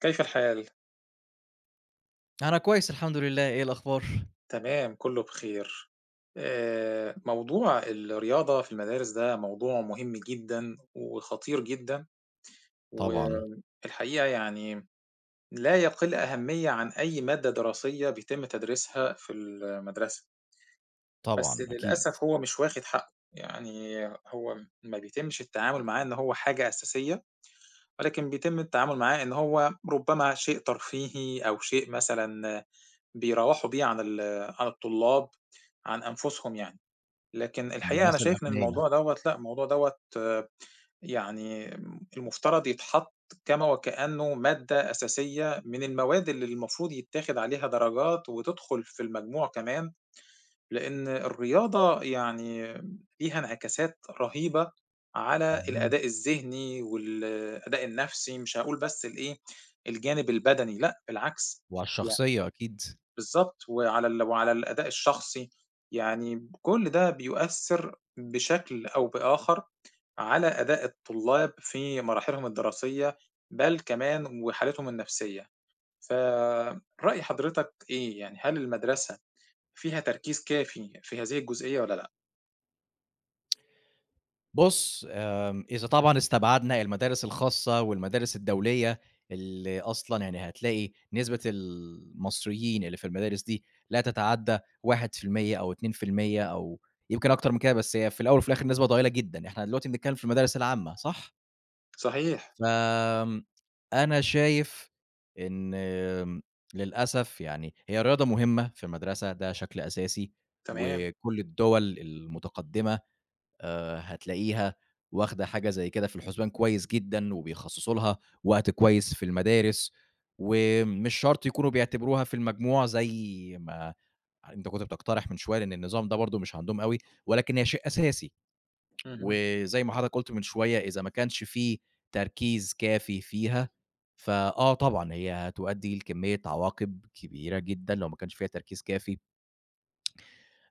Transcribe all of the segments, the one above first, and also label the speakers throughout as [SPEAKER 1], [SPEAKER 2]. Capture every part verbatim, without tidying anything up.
[SPEAKER 1] كيف الحال؟
[SPEAKER 2] أنا كويس الحمد لله، إيه الأخبار؟
[SPEAKER 1] تمام، كله بخير. آآ، موضوع الرياضة في المدارس ده موضوع مهم جدًا وخطير جدًا،
[SPEAKER 2] طبعًا،
[SPEAKER 1] والحقيقة يعني لا يقل أهمية عن أي مادة دراسية بيتم تدريسها في المدرسة، بس
[SPEAKER 2] طبعًا، أكيد.
[SPEAKER 1] للأسف هو مش واخد حقه، يعني هو ما بيتمش التعامل معاه إن هو حاجة أساسية، ولكن بيتم التعامل معاه إن هو ربما شيء ترفيهي أو شيء مثلًا بيروّحوا بيه عن ال عن الطلاب، عن أنفسهم يعني. لكن الحقيقة أنا
[SPEAKER 2] للناس
[SPEAKER 1] شايف إن
[SPEAKER 2] الأغنيا،
[SPEAKER 1] الموضوع دوّة لأ، الموضوع دوّة يعني المفترض يتحط كما وكأنه مادة أساسية من المواد اللي المفروض يتاخد عليها درجات وتدخل في المجموع كمان، لإن الرياضة يعني ليها انعكاسات رهيبة على
[SPEAKER 2] اهم،
[SPEAKER 1] الأداء الذهني والأداء النفسي، مش هاقول بس الإيه، الجانب البدني لأ، بالعكس.
[SPEAKER 2] وعلى الشخصية أكيد.
[SPEAKER 1] بالضبط، وعلى ال وعلى الأداء الشخصي، يعني كل ده بيؤثّر بشكل أو بآخر على أداء الطلاب في مراحلهم الدراسية، بل كمان وحالتهم النفسية. فرأي حضرتك إيه، يعني هل المدرسة فيها تركيز كافي في هذه الجزئية والّا لأ؟
[SPEAKER 2] بُص، آمم، إذا طبعًا استبعدنا المدارس الخاصة والمدارس الدولية، اللي أصلًا يعني هتلاقي نسبة المصريين اللي في المدارس دي لا تتعدى واحد في المية أو اتنين في المية أو يمكن أكتر من كده، بس هي في الأول وفي الآخر نسبة ضئيلة جدًا. إحنا دلوقتي بنتكلم في المدارس العامة، صح؟
[SPEAKER 1] صحيح.
[SPEAKER 2] فآمم، أنا شايف إن آمم، للأسف يعني هي الرياضة مهمة في المدرسة، ده شكل أساسي،
[SPEAKER 1] تمام.
[SPEAKER 2] وكل الدول المتقدمة آآ، هتلاقيها واخدة حاجة زي كده في الحسبان كويس جدًا، وبيخصصوا لها وقت كويس في المدارس، ومش شرط يكونوا بيعتبروها في المجموع زي ما أنت كنت بتقترح من شوية، لأن النظام ده برضه مش عندهم أوي، ولكن هي شيء أساسي.
[SPEAKER 1] اهم.
[SPEAKER 2] وزي ما حضرتك قُلت من شوية، إذا ما كانش في تركيز كافي فيها، فآه طبعًا هي هتؤدّي لكمية عواقب كبيرة جدًا لو ما كانش فيها تركيز كافي.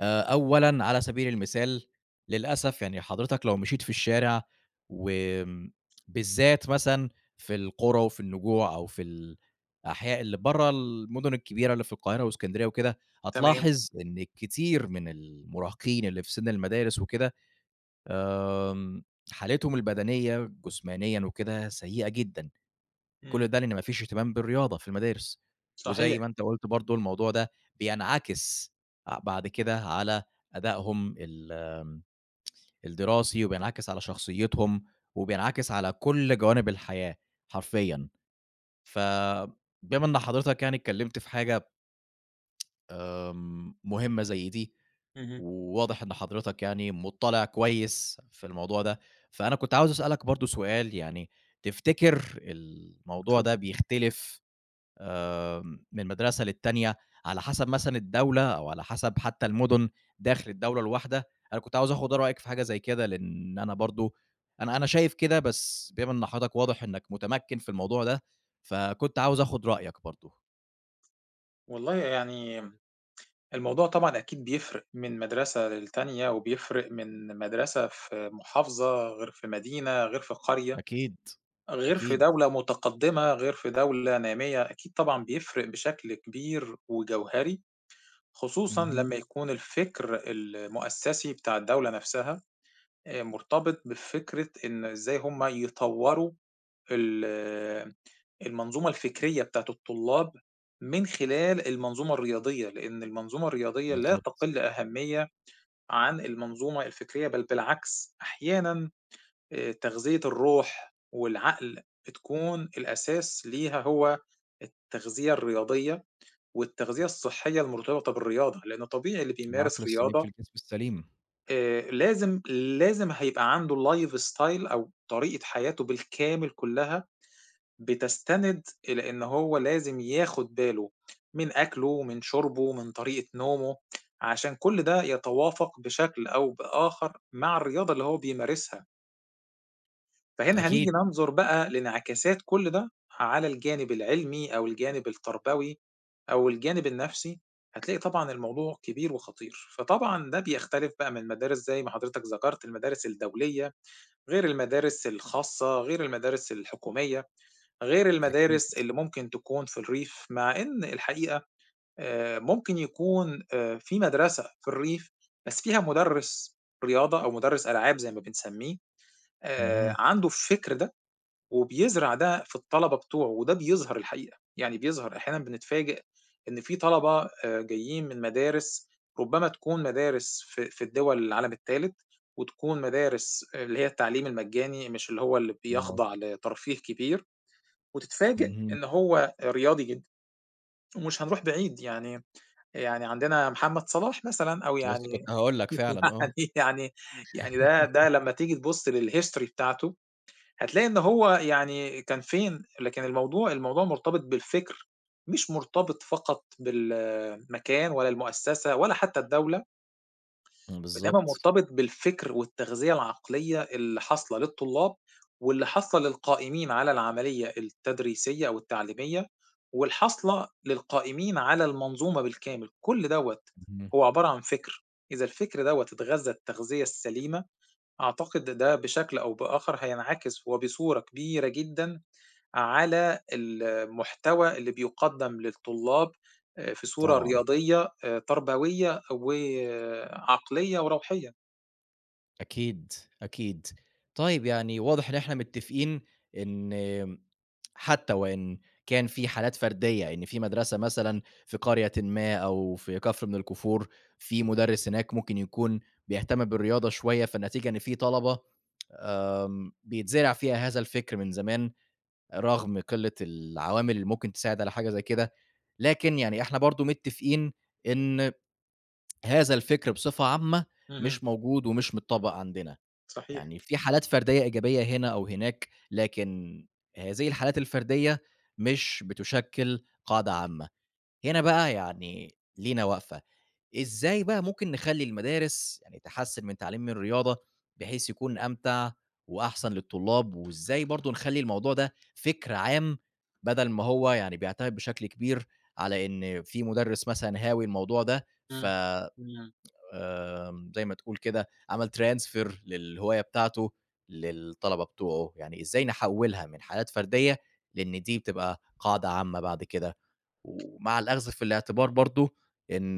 [SPEAKER 2] آآ أولًا على سبيل المثال، للأسف يعني حضرتك لو مشيت في الشارع وآمم بالذات مثلًا في القرى وفي النجوع أو في الأحياء اللي برّه المدن الكبيرة اللي في القاهرة وإسكندرية وكده،
[SPEAKER 1] تمام.
[SPEAKER 2] هتلاحظ إن كتير من المراهقين اللي في سِن المدارس وكده آمم، حالتهم البدنية جسمانيًا وكده سيئة جدًا، كل
[SPEAKER 1] إمم.
[SPEAKER 2] ده لإن ما فيش اهتمام بالرياضة في المدارس،
[SPEAKER 1] صحيح.
[SPEAKER 2] وزي ما أنت قُلت برضه الموضوع ده بينعكس ع بعد كده على أدائهم ال آمم، الدراسي، وبينعكس على شخصيتهم، وبينعكس على كل جوانب الحياة حرفيًا. فبما إن حضرتك يعني اتكلمت في حاجة آمم، مهمة زي دي،
[SPEAKER 1] اهم.
[SPEAKER 2] وواضح إن حضرتك يعني مُطّلع كويس في الموضوع ده، فأنا كنت عاوز أسألك برضه سؤال يعني تفتكر الموضوع
[SPEAKER 1] اتفضل.
[SPEAKER 2] ده بيختلف آمم، من مدرسة للتانية على حسب مثلًا الدولة أو على حسب حتى المُدن داخل الدولة الواحدة؟ أنا كنت عاوز آخُد رأيك في حاجة زي كده، لإن أنا برضه أنا أنا شايف كده، بس بما إن حضرتك واضح إنّك متمكِّن في الموضوع ده، فكنت عاوز آخُد رأيك برضه.
[SPEAKER 1] والله يعني الموضوع طبعًا أكيد بيفرق من مدرسة للتانية، وبيفرق من مدرسة في محافظة غير في مدينة، غير في قرية،
[SPEAKER 2] أكيد،
[SPEAKER 1] غير في
[SPEAKER 2] أكيد.
[SPEAKER 1] دولة متقدمة، غير في دولة نامية، أكيد طبعًا بيفرق بشكل كبير وجوهري، خصوصًا
[SPEAKER 2] اهم،
[SPEAKER 1] لمّا يكون الفكر المؤسسي بتاع الدولة نفسها آآ، مرتبط بفكرة إن إزاي هم يطوروا ال المنظومة الفكرية بتاعة الطلاب من خلال المنظومة الرياضية، لأن المنظومة الرياضية لا
[SPEAKER 2] بالضبط.
[SPEAKER 1] تقل أهمية عن المنظومة الفكرية، بل بالعكس أحيانًا آآ تغذية الروح والعقل بتكون الأساس ليها هو التغذية الرياضية، والتغذية الصحية المرتبطة بالرياضة، لأن طبيعي اللي
[SPEAKER 2] العقل
[SPEAKER 1] بيمارس
[SPEAKER 2] السليم في
[SPEAKER 1] رياضة
[SPEAKER 2] الجسم السليم.
[SPEAKER 1] آآ لازم لازم هيبقى عنده life style أو طريقة حياته بالكامل كلها بتستند إلى إن هو لازم ياخد باله من أكله، من شربه، من طريقة نومه، عشان كل ده يتوافق بشكل أو بآخر مع الرياضة اللي هو بيمارسها. فهنا هنيجي
[SPEAKER 2] أكيد،
[SPEAKER 1] ننظر بقى لانعكاسات كل ده على الجانب العلمي أو الجانب التربوي أو الجانب النفسي، هتلاقي طبعًا الموضوع كبير وخطير. فطبعًا ده بيختلف بقى من مدارس زي ما حضرتك ذكرت، المدارس الدولية، غير المدارس الخاصة، غير المدارس الحكومية. غير
[SPEAKER 2] أكيد.
[SPEAKER 1] المدارس اللي ممكن تكون في الريف، مع إن الحقيقة آآ ممكن يكون آآ في مدرسة في الريف، بس فيها مُدرِّس رياضة أو مُدرِّس ألعاب زي ما بنسميه، آآ
[SPEAKER 2] اهم.
[SPEAKER 1] عنده الفِكر ده وبيزرع ده في الطلبة بتوعه، وده بيظهر الحقيقة، يعني بيظهر أحيانًا بنتفاجئ إن في طلبة آآ جايين من مدارس ربما تكون مدارس في في الدول العالم التالت، وتكون مدارس آه، اللي هي التعليم المجاني، مش اللي هو اللي
[SPEAKER 2] آه.
[SPEAKER 1] بيخضع لترفيه كبير. وتتفاجئ
[SPEAKER 2] اهم.
[SPEAKER 1] إن هو رياضي جدًا، ومش هنروح بعيد يعني يعني عندنا محمد صلاح مثلًا أو
[SPEAKER 2] لسه
[SPEAKER 1] يعني
[SPEAKER 2] كنت هاقول لك فعلًا آه.
[SPEAKER 1] يعني يعني يعني ده ده لمّا تيجي تبُص للhistory بتاعته، هتلاقي إن هو يعني كان فين، لكن الموضوع الموضوع مرتبط بالفكر، مش مرتبط فقط بالمكان ولا المؤسسة ولا حتى الدولة. بينما
[SPEAKER 2] بالضبط.
[SPEAKER 1] مرتبط بالفكر والتغذية العقلية اللي حاصلة للطلاب واللي حاصلة للقائمين على العملية التدريسية أو التعليمية والحاصلة للقائمين على المنظومة بالكامل، كل دوّة
[SPEAKER 2] اهم.
[SPEAKER 1] هو عبارة عن فكر، إذا الفكر دوّة اتغذى التغذية السليمة، أعتقد ده بشكل أو بآخر هينعكس وبصورة كبيرة جدًا على المحتوى اللي بيُقدّم للطلاب آآ في صورة
[SPEAKER 2] طبعًا.
[SPEAKER 1] رياضية آآ تربوية وعقلية وروحية.
[SPEAKER 2] أكيد، أكيد. طيب يعني واضح إن إحنا متّفقين إن حتى وإن كان في حالات فردية، إن في مدرسة مثلًا في قريةٍ ما أو في كفر من الكفور، في مدرس هناك ممكن يكون بيهتم بالرياضة شوية، فالنتيجة إن في طلبة آمم، بيتزرع فيها هذا الفكر من زمان رغم قلة العوامل اللي ممكن تساعد على حاجة زي كده، لكن يعني إحنا برضه متفقين إن هذا الفكر بصفة عامة
[SPEAKER 1] اهم.
[SPEAKER 2] مش موجود ومش متطبّق عندنا،
[SPEAKER 1] صحيح.
[SPEAKER 2] يعني في حالات فردية إيجابية هنا أو هناك، لكن هذه الحالات الفردية مش بتشكِّل قاعدة عامة، هنا بقى يعني لينا وقفة. إزاي بقى ممكن نخلّي المدارس يعني تحسّن من تعليم الرياضة، بحيث يكون أمتع وأحسن للطلاب، وإزاي برضه نخلّي الموضوع ده فِكر عام، بدل ما هو يعني بيعتمد بشكل كبير على إن في مُدرّس مثلًا هاوي الموضوع ده، ف
[SPEAKER 1] إمم. إمم.
[SPEAKER 2] آمم، زي ما تقول كده عمل transfer للهواية بتاعته للطلبة بتوعه، يعني إزاي نحوّلها من حالات فردية لإن دي بتبقى قاعدة عامة بعد كده؟ ومع الأخذ في الاعتبار برضه إن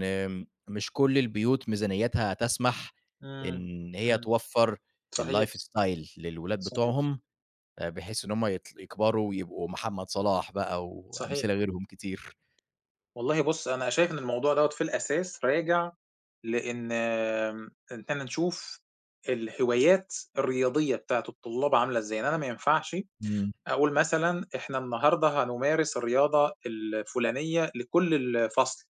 [SPEAKER 2] مش كل البيوت ميزانيّتها تسمح
[SPEAKER 1] إمم.
[SPEAKER 2] إن هي
[SPEAKER 1] إمم.
[SPEAKER 2] توفّر
[SPEAKER 1] صحيح.
[SPEAKER 2] الlife style للولاد
[SPEAKER 1] صحيح.
[SPEAKER 2] بتوعهم، آآ بحيث إن هُم يط يكبروا ويبقوا محمد صلاح بقى
[SPEAKER 1] صحيح.
[SPEAKER 2] وأمثلة غيرهم كتير.
[SPEAKER 1] والله بُص أنا شايف إن الموضوع دوّة في الأساس راجع لإن آمم، إن إحنا نشوف الهوايات الرياضية بتاعة الطلاب عاملة إزاي، يعني أنا ما ينفعش
[SPEAKER 2] إمم،
[SPEAKER 1] أقول مثلًا إحنا النهارده هنمارس الرياضة الفلانية لكل الفصل،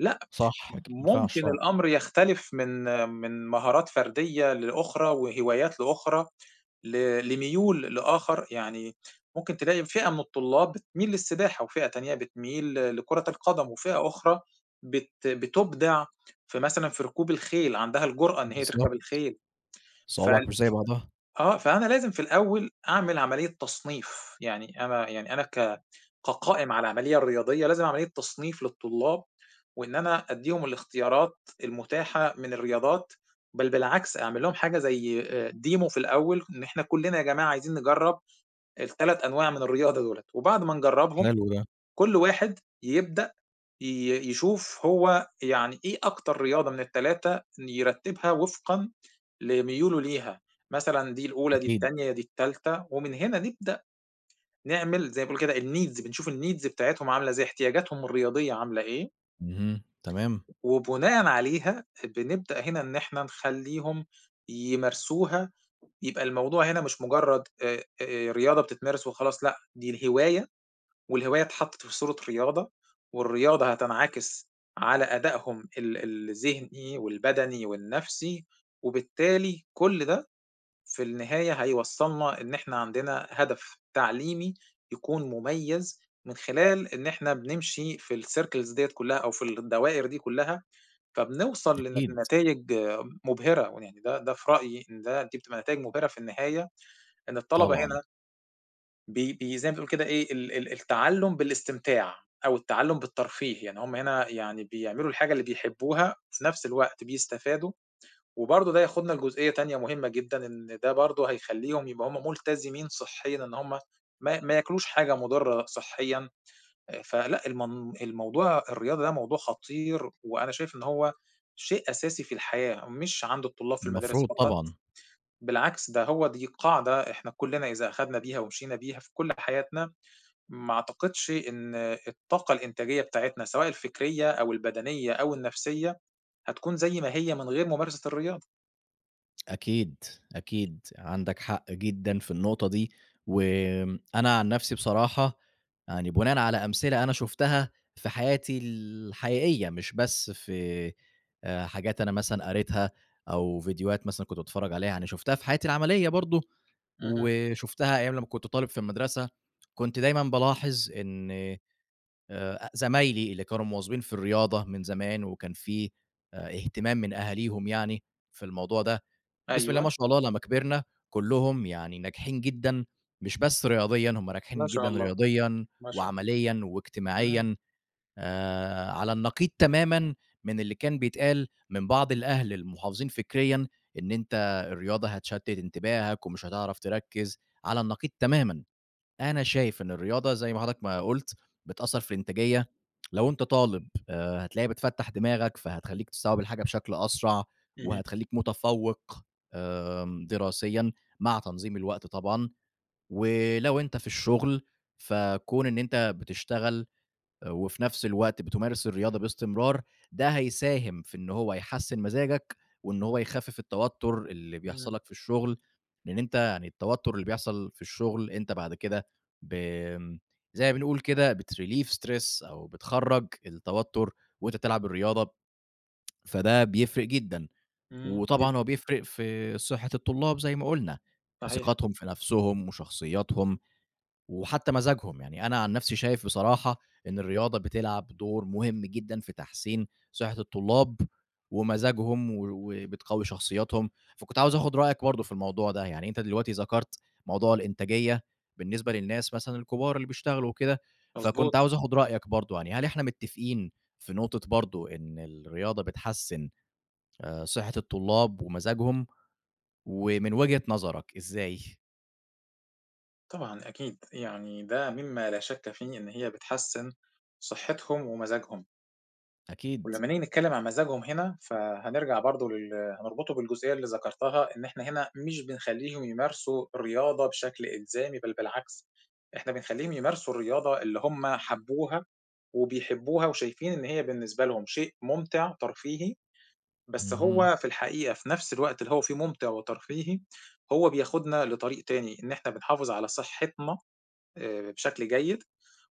[SPEAKER 1] لأ.
[SPEAKER 2] صح، أكيد ما ينفعش
[SPEAKER 1] ممكن
[SPEAKER 2] طبعًا.
[SPEAKER 1] الأمر يختلف من من مهارات فردية لأخرى، وهوايات لأخرى، ل لميول لآخر، يعني ممكن تلاقي فئة من الطلاب بتميل للسباحة، وفئة تانية بتميل لكرة القدم، وفئة أخرى بت بتُبدع في مثلًا في ركوب الخيل، عندها الجرأة إن هي تركب
[SPEAKER 2] بالضبط،
[SPEAKER 1] الخيل، ف
[SPEAKER 2] صوابعك مش زي بعضها.
[SPEAKER 1] آه، فأنا لازم في الأول أعمل عملية تصنيف، يعني أنا يعني أنا ك كقائم على العملية الرياضية لازم عملية تصنيف للطلاب، وإن أنا أدّيهم الاختيارات المتاحة من الرياضات، بل بالعكس أعمل لهم حاجة زي آآ demo في الأول، إن إحنا كلّنا يا جماعة عايزين نجرّب الثلاث أنواع من الرياضة دُولة، وبعد ما نجرّبهم
[SPEAKER 2] حلو ده،
[SPEAKER 1] كل واحد يبدأ ي يشوف هو يعني إيه أكتر رياضة من التلاتة يرتّبها وفقًا لميوله ليها، مثلًا دي الأولى، دي
[SPEAKER 2] أكيد.
[SPEAKER 1] التانية، دي التالتة، ومن هنا نبدأ نعمل زي ما بيقولوا كده الneeds بنشوف الneeds بتاعتهم عاملة إزاي، احتياجاتهم الرياضية عاملة إيه،
[SPEAKER 2] اهم، تمام.
[SPEAKER 1] وبناءً عليها بنبدأ هنا إن إحنا نخلّيهم يمارسوها، يبقى الموضوع هنا مش مجرد آآ آآ رياضة بتتمارس وخلاص لأ، دي الهواية والهواية اتحطت في صورة رياضة، والرياضة هتنعكس على أدائهم ال الذهني والبدني والنفسي، وبالتالي كل ده في النهاية هيوصّلنا إن إحنا عندنا هدف تعليمي يكون مميز، من خلال إن إحنا بنمشي في الcircles ديّة كلّها أو في الدوائر دي كلّها، فبنوصل لن
[SPEAKER 2] أكيد.
[SPEAKER 1] لنتايج مبهرة، ويعني ده ده في رأيي إن ده دي بتبقى نتايج مبهرة في النهاية، إن الطلبة
[SPEAKER 2] طبعًا،
[SPEAKER 1] هنا بي بي زي ما بتقول كده إيه، ال ال التعلُّم بالاستمتاع أو التعلُّم بالترفيه، يعني هم هنا يعني بيعملوا الحاجة اللي بيحبوها، وفي نفس الوقت بيستفادوا، وبرضه ده ياخدنا لجزئية تانية مهمة جدًا، إن ده برضه هيخلّيهم يبقى هم ملتزمين صحيًا إن هم ما ما ياكلوش حاجة مُضرّة صحيًا، آآ، فلأ المن الموضوع الرياضة ده موضوع خطير، وأنا شايف إن هو شيء أساسي في الحياة، مش عند الطلاب في المدارس
[SPEAKER 2] المفروض
[SPEAKER 1] فقط،
[SPEAKER 2] طبعًا.
[SPEAKER 1] بالعكس ده هو دي قاعدة إحنا كُلّنا إذا أخدنا بيها ومشينا بيها في كل حياتنا، ما أعتقدش إن الطاقة الإنتاجية بتاعتنا سواء الفكرية أو البدنية أو النفسية هتكون زي ما هي من غير ممارسة الرياضة.
[SPEAKER 2] أكيد، أكيد عندك حق جدًا في النقطة دي، وأنا عن نفسي بصراحة يعني بناءً على أمثلة أنا شُفتها في حياتي الحقيقية، مش بس في آآ حاجات أنا مثلًا قريتها أو فيديوهات مثلًا كنت باتفرّج عليها، يعني شُفتها في حياتي العملية برضه،
[SPEAKER 1] اهم.
[SPEAKER 2] وشُفتها أيام لمّا كنت طالب في المدرسة، كنت دايمًا بالاحظ إن آآ زمايلي اللي كانوا مواظبين في الرياضة من زمان وكان في آآ اهتمام من أهاليهم يعني في الموضوع ده، بسم الله
[SPEAKER 1] أيوه.
[SPEAKER 2] ما شاء الله لمّا كبرنا كلّهم يعني ناجحين جدًا، مش بس رياضيًا، هم ناجحين
[SPEAKER 1] ما شاء
[SPEAKER 2] جدًا
[SPEAKER 1] الله.
[SPEAKER 2] رياضيًا
[SPEAKER 1] ما شاء الله.
[SPEAKER 2] وعمليًا
[SPEAKER 1] إمم.
[SPEAKER 2] واجتماعيًا، آآ على النقيض تمامًا من اللي كان بيتقال من بعض الأهل المحافظين فكريًا، إن أنت الرياضة هتشتِّت انتباهك ومش هتعرف تركّز، على النقيض تمامًا. أنا شايف إن الرياضة زي ما حضرتك ما قُلت، بتأثّر في الإنتاجية، لو أنت طالب آآ هتلاقيها بتفتّح دماغك، فهتخلّيك تستوعب الحاجة بشكل أسرع،
[SPEAKER 1] اهم.
[SPEAKER 2] وهتخلّيك متفوّق آمم دراسيًا مع تنظيم الوقت طبعًا، ولو أنت في الشغل، فكون إن أنت بتشتغل وفي نفس الوقت بتمارس الرياضة باستمرار، ده هيساهم في إن هو يحسّن مزاجك، وإن هو يخفف التوتر اللي بيحصل
[SPEAKER 1] إمم.
[SPEAKER 2] لك في الشغل، لإن أنت يعني التوتر اللي بيحصل في الشغل أنت بعد كده ب آمم، زي ما بنقول كده بتrelieve stress أو بتخرّج التوتر وأنت بتلعب الرياضة، فده بيفرق جدًا،
[SPEAKER 1] إمم.
[SPEAKER 2] وطبعًا هو
[SPEAKER 1] جدًا.
[SPEAKER 2] بيفرق في صحة الطلاب زي ما قُلنا،
[SPEAKER 1] صحيح.
[SPEAKER 2] ثقتهم في نفسهم وشخصياتهم. وحتى مزاجهم، يعني أنا عن نفسي شايف بصراحة إن الرياضة بتلعب دور مهم جدًا في تحسين صحة الطلاب ومزاجهم و وبتقوي شخصياتهم، فكنت عاوز آخد رأيك برضه في الموضوع ده، يعني أنت دلوقتي ذكرت موضوع الإنتاجية بالنسبة للناس مثلًا الكبار اللي بيشتغلوا وكده،
[SPEAKER 1] مضبوط.
[SPEAKER 2] فكنت عاوز آخد رأيك برضه يعني هل إحنا متفقين في نقطة برضه إن الرياضة بتحسّن آآ صحة الطلاب ومزاجهم، ومن وجهة نظرك إزاي؟
[SPEAKER 1] طبعًا أكيد. يعني ده مما لا شك فيه إن هي بتحسّن صحتهم ومزاجهم.
[SPEAKER 2] أكيد،
[SPEAKER 1] ولمّا نيجي نتكلّم عن مزاجهم هنا، فهنرجع برضه لل هنربطه بالجزئية اللي ذكرتها، إن إحنا هنا مش بنخلّيهم يمارسوا الرياضة بشكل إلزامي، بل بالعكس، إحنا بنخلّيهم يمارسوا الرياضة اللي هم حبّوها وبيحبّوها وشايفين إن هي بالنسبة لهم شيء مُمتع ترفيهي، بس
[SPEAKER 2] اهم،
[SPEAKER 1] هو في الحقيقة في نفس الوقت اللي هو فيه مُمتع وترفيهي، هو بياخدنا لطريق تاني، إن إحنا بنحافظ على صحّتنا آآ بشكل جيد،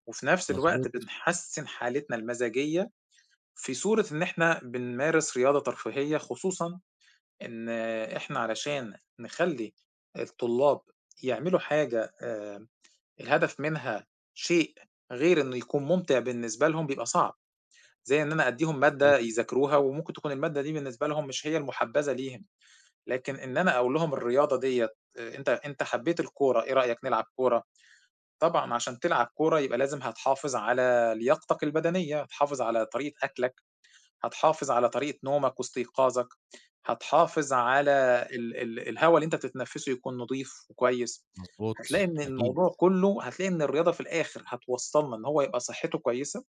[SPEAKER 1] وفي نفس الوقت
[SPEAKER 2] مضبوط،
[SPEAKER 1] بنحسّن حالتنا المزاجية في صورة إن إحنا بنمارس رياضة ترفيهية، خصوصًا إن إحنا علشان نخلّي الطلاب يعملوا حاجة آآ الهدف منها شيء غير إنه يكون ممتع بالنسبة لهم بيبقى صعب، زي إن أنا أدّيهم مادة
[SPEAKER 2] مضبوط.
[SPEAKER 1] يذاكروها وممكن تكون المادة دي بالنسبة لهم مش هي المحبذة ليهم، لكن إن أنا أقول لهم الرياضة ديّة آآ أنت أنت حبيت الكورة، إيه رأيك نلعب كورة؟ طبعًا عشان تلعب كورة يبقى لازم هتحافظ على لياقتك البدنية، هتحافظ على طريقة أكلك. هتحافظ على طريقة نومك واستيقاظك، هتحافظ على ال ال الهوا اللي أنت بتتنفسه يكون نضيف وكويس، هتلاقي
[SPEAKER 2] مضبوط،
[SPEAKER 1] إن
[SPEAKER 2] أكيد
[SPEAKER 1] الموضوع كله هتلاقي إن الرياضة في الآخر هتوصّلنا إن هو يبقى صحته كويسة،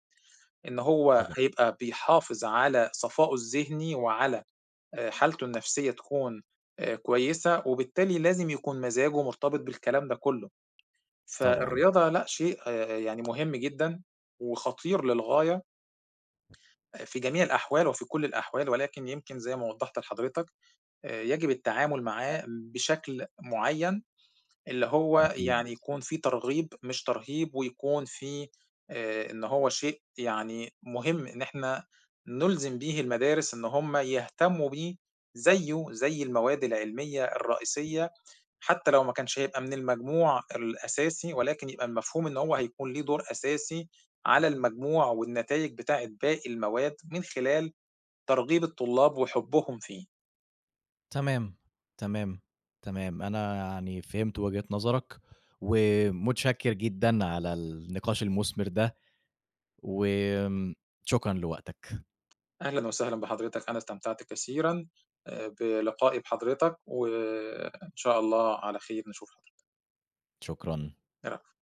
[SPEAKER 1] إن هو
[SPEAKER 2] طبعًا،
[SPEAKER 1] هيبقى بيحافظ على صفائه الذهني وعلى آآ حالته النفسية تكون آآ كويسة، وبالتالي لازم يكون مزاجه مرتبط بالكلام ده كله،
[SPEAKER 2] طبعًا،
[SPEAKER 1] فالرياضة لأ شيء آآ يعني مهم جدًا وخطير للغاية في جميع الأحوال وفي كل الأحوال، ولكن يمكن زي ما وضّحت لحضرتك آآ يجب التعامل معاه بشكل معيّن، اللي هو
[SPEAKER 2] أكيد.
[SPEAKER 1] يعني يكون في ترغيب مش ترهيب، ويكون في آآ إن هو شيء يعني مهم إن إحنا نُلزم بيه المدارس إن هم يهتمّوا بيه زيّه زي المواد العلمية الرئيسية، حتى لو ما كانش هيبقى من المجموع الأساسي، ولكن يبقى المفهوم إن هو هيكون ليه دور أساسي على المجموع والنتايج بتاعة باقي المواد من خلال ترغيب الطلاب وحُبّهم فيه.
[SPEAKER 2] تمام، تمام، تمام. أنا يعني فهمت وجهة نظرك، ومتشكر جدًا على النقاش المثمر ده، وآمم، شكرًا لوقتك،
[SPEAKER 1] أهلًا وسهلًا بحضرتك، أنا استمتعت كثيرًا آآ بلقائي بحضرتك، وإن شاء الله على خير نشوف
[SPEAKER 2] شكرًا.
[SPEAKER 1] حضرتك